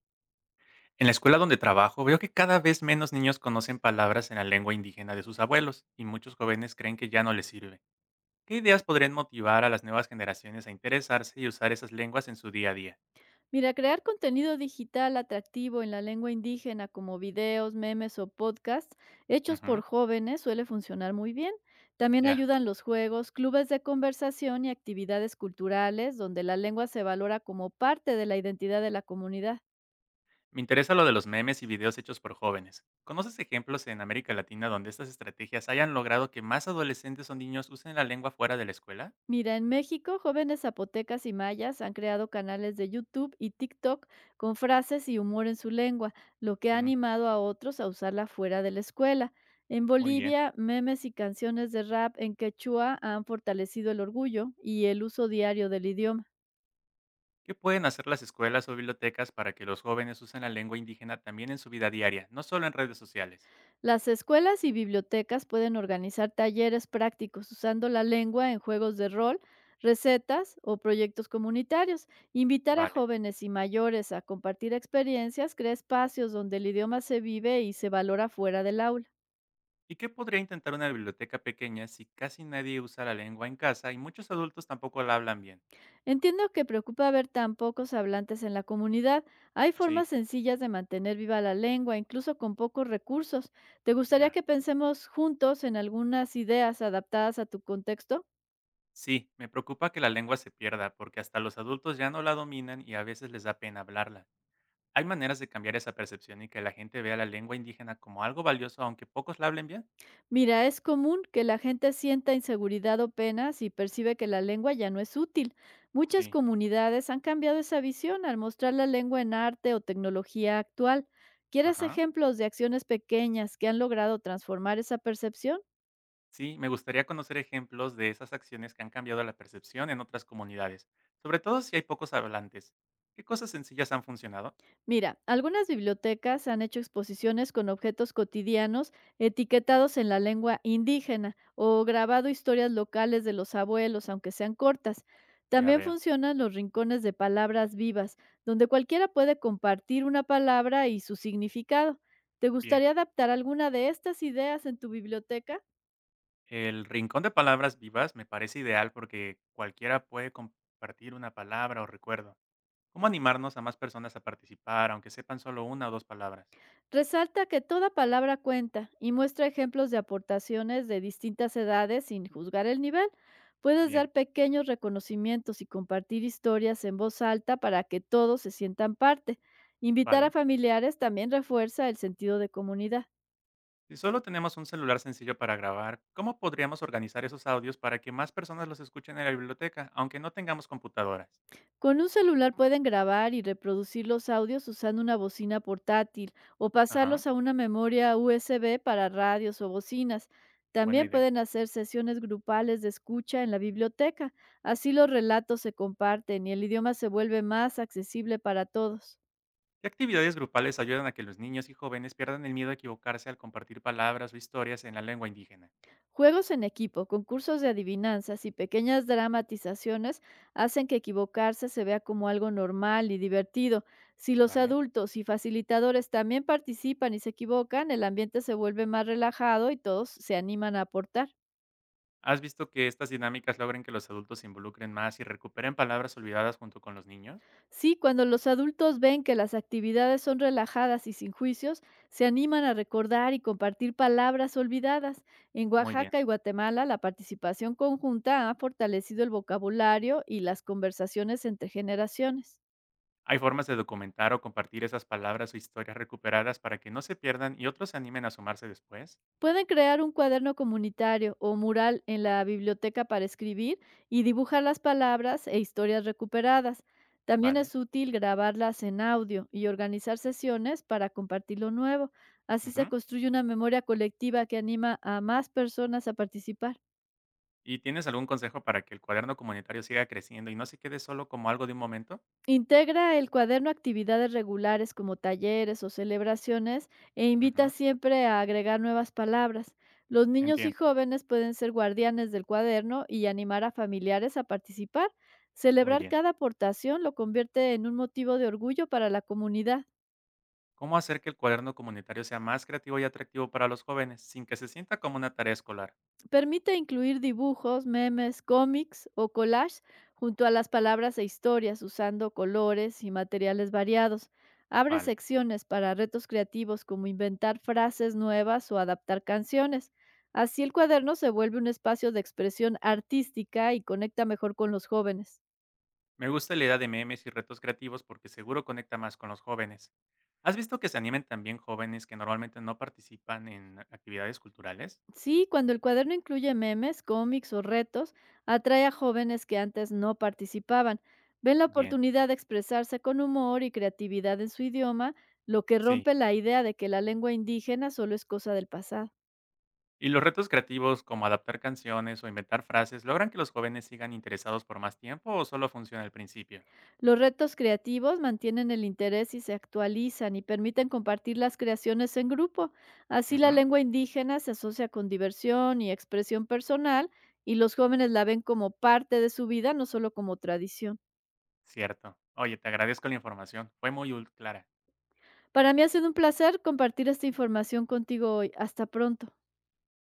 En la escuela donde trabajo veo que cada vez menos niños conocen palabras en la lengua indígena de sus abuelos y muchos jóvenes creen que ya no les sirve. ¿Qué ideas podrían motivar a las nuevas generaciones a interesarse y usar esas lenguas en su día a día? Mira, crear contenido digital atractivo en la lengua indígena como videos, memes o podcasts hechos Ujú, por jóvenes suele funcionar muy bien. También ya. ayudan los juegos, clubes de conversación y actividades culturales donde la lengua se valora como parte de la identidad de la comunidad. Me interesa lo de los memes y videos hechos por jóvenes. ¿Conoces ejemplos en América Latina donde estas estrategias hayan logrado que más adolescentes o niños usen la lengua fuera de la escuela? Mira, en México, jóvenes zapotecas y mayas han creado canales de YouTube y TikTok con frases y humor en su lengua, lo que ha Mm, animado a otros a usarla fuera de la escuela. En muy bien. Bolivia, memes y canciones de rap en quechua han fortalecido el orgullo y el uso diario del idioma. ¿Qué pueden hacer las escuelas o bibliotecas para que los jóvenes usen la lengua indígena también en su vida diaria, no solo en redes sociales? Las escuelas y bibliotecas pueden organizar talleres prácticos usando la lengua en juegos de rol, recetas o proyectos comunitarios. Invitar a Vale. jóvenes y mayores a compartir experiencias crea espacios donde el idioma se vive y se valora fuera del aula. ¿Y qué podría intentar una biblioteca pequeña si casi nadie usa la lengua en casa y muchos adultos tampoco la hablan bien? Entiendo que preocupa ver tan pocos hablantes en la comunidad. Hay Sí, formas sencillas de mantener viva la lengua, incluso con pocos recursos. ¿Te gustaría ya. que pensemos juntos en algunas ideas adaptadas a tu contexto? Sí, me preocupa que la lengua se pierda porque hasta los adultos ya no la dominan y a veces les da pena hablarla. ¿Hay maneras de cambiar esa percepción y que la gente vea la lengua indígena como algo valioso aunque pocos la hablen bien? Mira, es común que la gente sienta inseguridad o pena si percibe que la lengua ya no es útil. Muchas Sí. comunidades han cambiado esa visión al mostrar la lengua en arte o tecnología actual. ¿Quieres Ajá. ejemplos de acciones pequeñas que han logrado transformar esa percepción? Sí, me gustaría conocer ejemplos de esas acciones que han cambiado la percepción en otras comunidades, sobre todo si hay pocos hablantes. ¿Qué cosas sencillas han funcionado? Mira, algunas bibliotecas han hecho exposiciones con objetos cotidianos etiquetados en la lengua indígena o grabado historias locales de los abuelos, aunque sean cortas. Ya También veo. funcionan los rincones de palabras vivas, donde cualquiera puede compartir una palabra y su significado. ¿Te Bien. gustaría adaptar alguna de estas ideas en tu biblioteca? El rincón de palabras vivas me parece ideal porque cualquiera puede compartir una palabra o recuerdo. ¿Cómo animarnos a más personas a participar, aunque sepan solo una o dos palabras? Resalta que toda palabra cuenta y muestra ejemplos de aportaciones de distintas edades sin juzgar el nivel. Puedes Bien, dar pequeños reconocimientos y compartir historias en voz alta para que todos se sientan parte. Invitar vale. a familiares también refuerza el sentido de comunidad. Si solo tenemos un celular sencillo para grabar, ¿cómo podríamos organizar esos audios para que más personas los escuchen en la biblioteca, aunque no tengamos computadoras? Con un celular pueden grabar y reproducir los audios usando una bocina portátil o Ajá, pasarlos a una memoria USB para radios o bocinas. buena También idea. pueden hacer sesiones grupales de escucha en la biblioteca. Así los relatos se comparten y el idioma se vuelve más accesible para todos. ¿Qué actividades grupales ayudan a que los niños y jóvenes pierdan el miedo a equivocarse al compartir palabras o historias en la lengua indígena? Juegos en equipo, concursos de adivinanzas y pequeñas dramatizaciones hacen que equivocarse se vea como algo normal y divertido. Si los Vale. adultos y facilitadores también participan y se equivocan, el ambiente se vuelve más relajado y todos se animan a aportar. ¿Has visto que estas dinámicas logren que los adultos se involucren más y recuperen palabras olvidadas junto con los niños? Sí, cuando los adultos ven que las actividades son relajadas y sin juicios, se animan a recordar y compartir palabras olvidadas. En Muy bien. Oaxaca y Guatemala, la participación conjunta ha fortalecido el vocabulario y las conversaciones entre generaciones. Hay formas de documentar o compartir esas palabras o historias recuperadas para que no se pierdan y otros se animen a sumarse después. Pueden crear un cuaderno comunitario o mural en la biblioteca para escribir y dibujar las palabras e historias recuperadas. También Vale. es útil grabarlas en audio y organizar sesiones para compartir lo nuevo. Así se Ujú. construye una memoria colectiva que anima a más personas a participar. ¿Y tienes algún consejo para que el cuaderno comunitario siga creciendo y no se quede solo como algo de un momento? Integra el cuaderno actividades regulares como talleres o celebraciones e invita Ujú. siempre a agregar nuevas palabras. Los niños y Entiendo. jóvenes pueden ser guardianes del cuaderno y animar a familiares a participar. Muy Celebrar bien. cada aportación lo convierte en un motivo de orgullo para la comunidad. ¿Cómo hacer que el cuaderno comunitario sea más creativo y atractivo para los jóvenes sin que se sienta como una tarea escolar? Permite incluir dibujos, memes, cómics o collages junto a las palabras e historias usando colores y materiales variados. Abre Vale. secciones para retos creativos como inventar frases nuevas o adaptar canciones. Así el cuaderno se vuelve un espacio de expresión artística y conecta mejor con los jóvenes. Me gusta la idea de memes y retos creativos porque seguro conecta más con los jóvenes. ¿Has visto que se animen también jóvenes que normalmente no participan en actividades culturales? Sí, cuando el cuaderno incluye memes, cómics o retos, atrae a jóvenes que antes no participaban. Ven la Bien, oportunidad de expresarse con humor y creatividad en su idioma, lo que sí. rompe la idea de que la lengua indígena solo es cosa del pasado. Y los retos creativos como adaptar canciones o inventar frases logran que los jóvenes sigan interesados por más tiempo o solo funciona al principio. Los retos creativos mantienen el interés y se actualizan y permiten compartir las creaciones en grupo. Así la Ujú, lengua indígena se asocia con diversión y expresión personal y los jóvenes la ven como parte de su vida, no solo como tradición. cierto. Oye, te agradezco la información. Fue muy clara. Para mí ha sido un placer compartir esta información contigo hoy. Hasta pronto.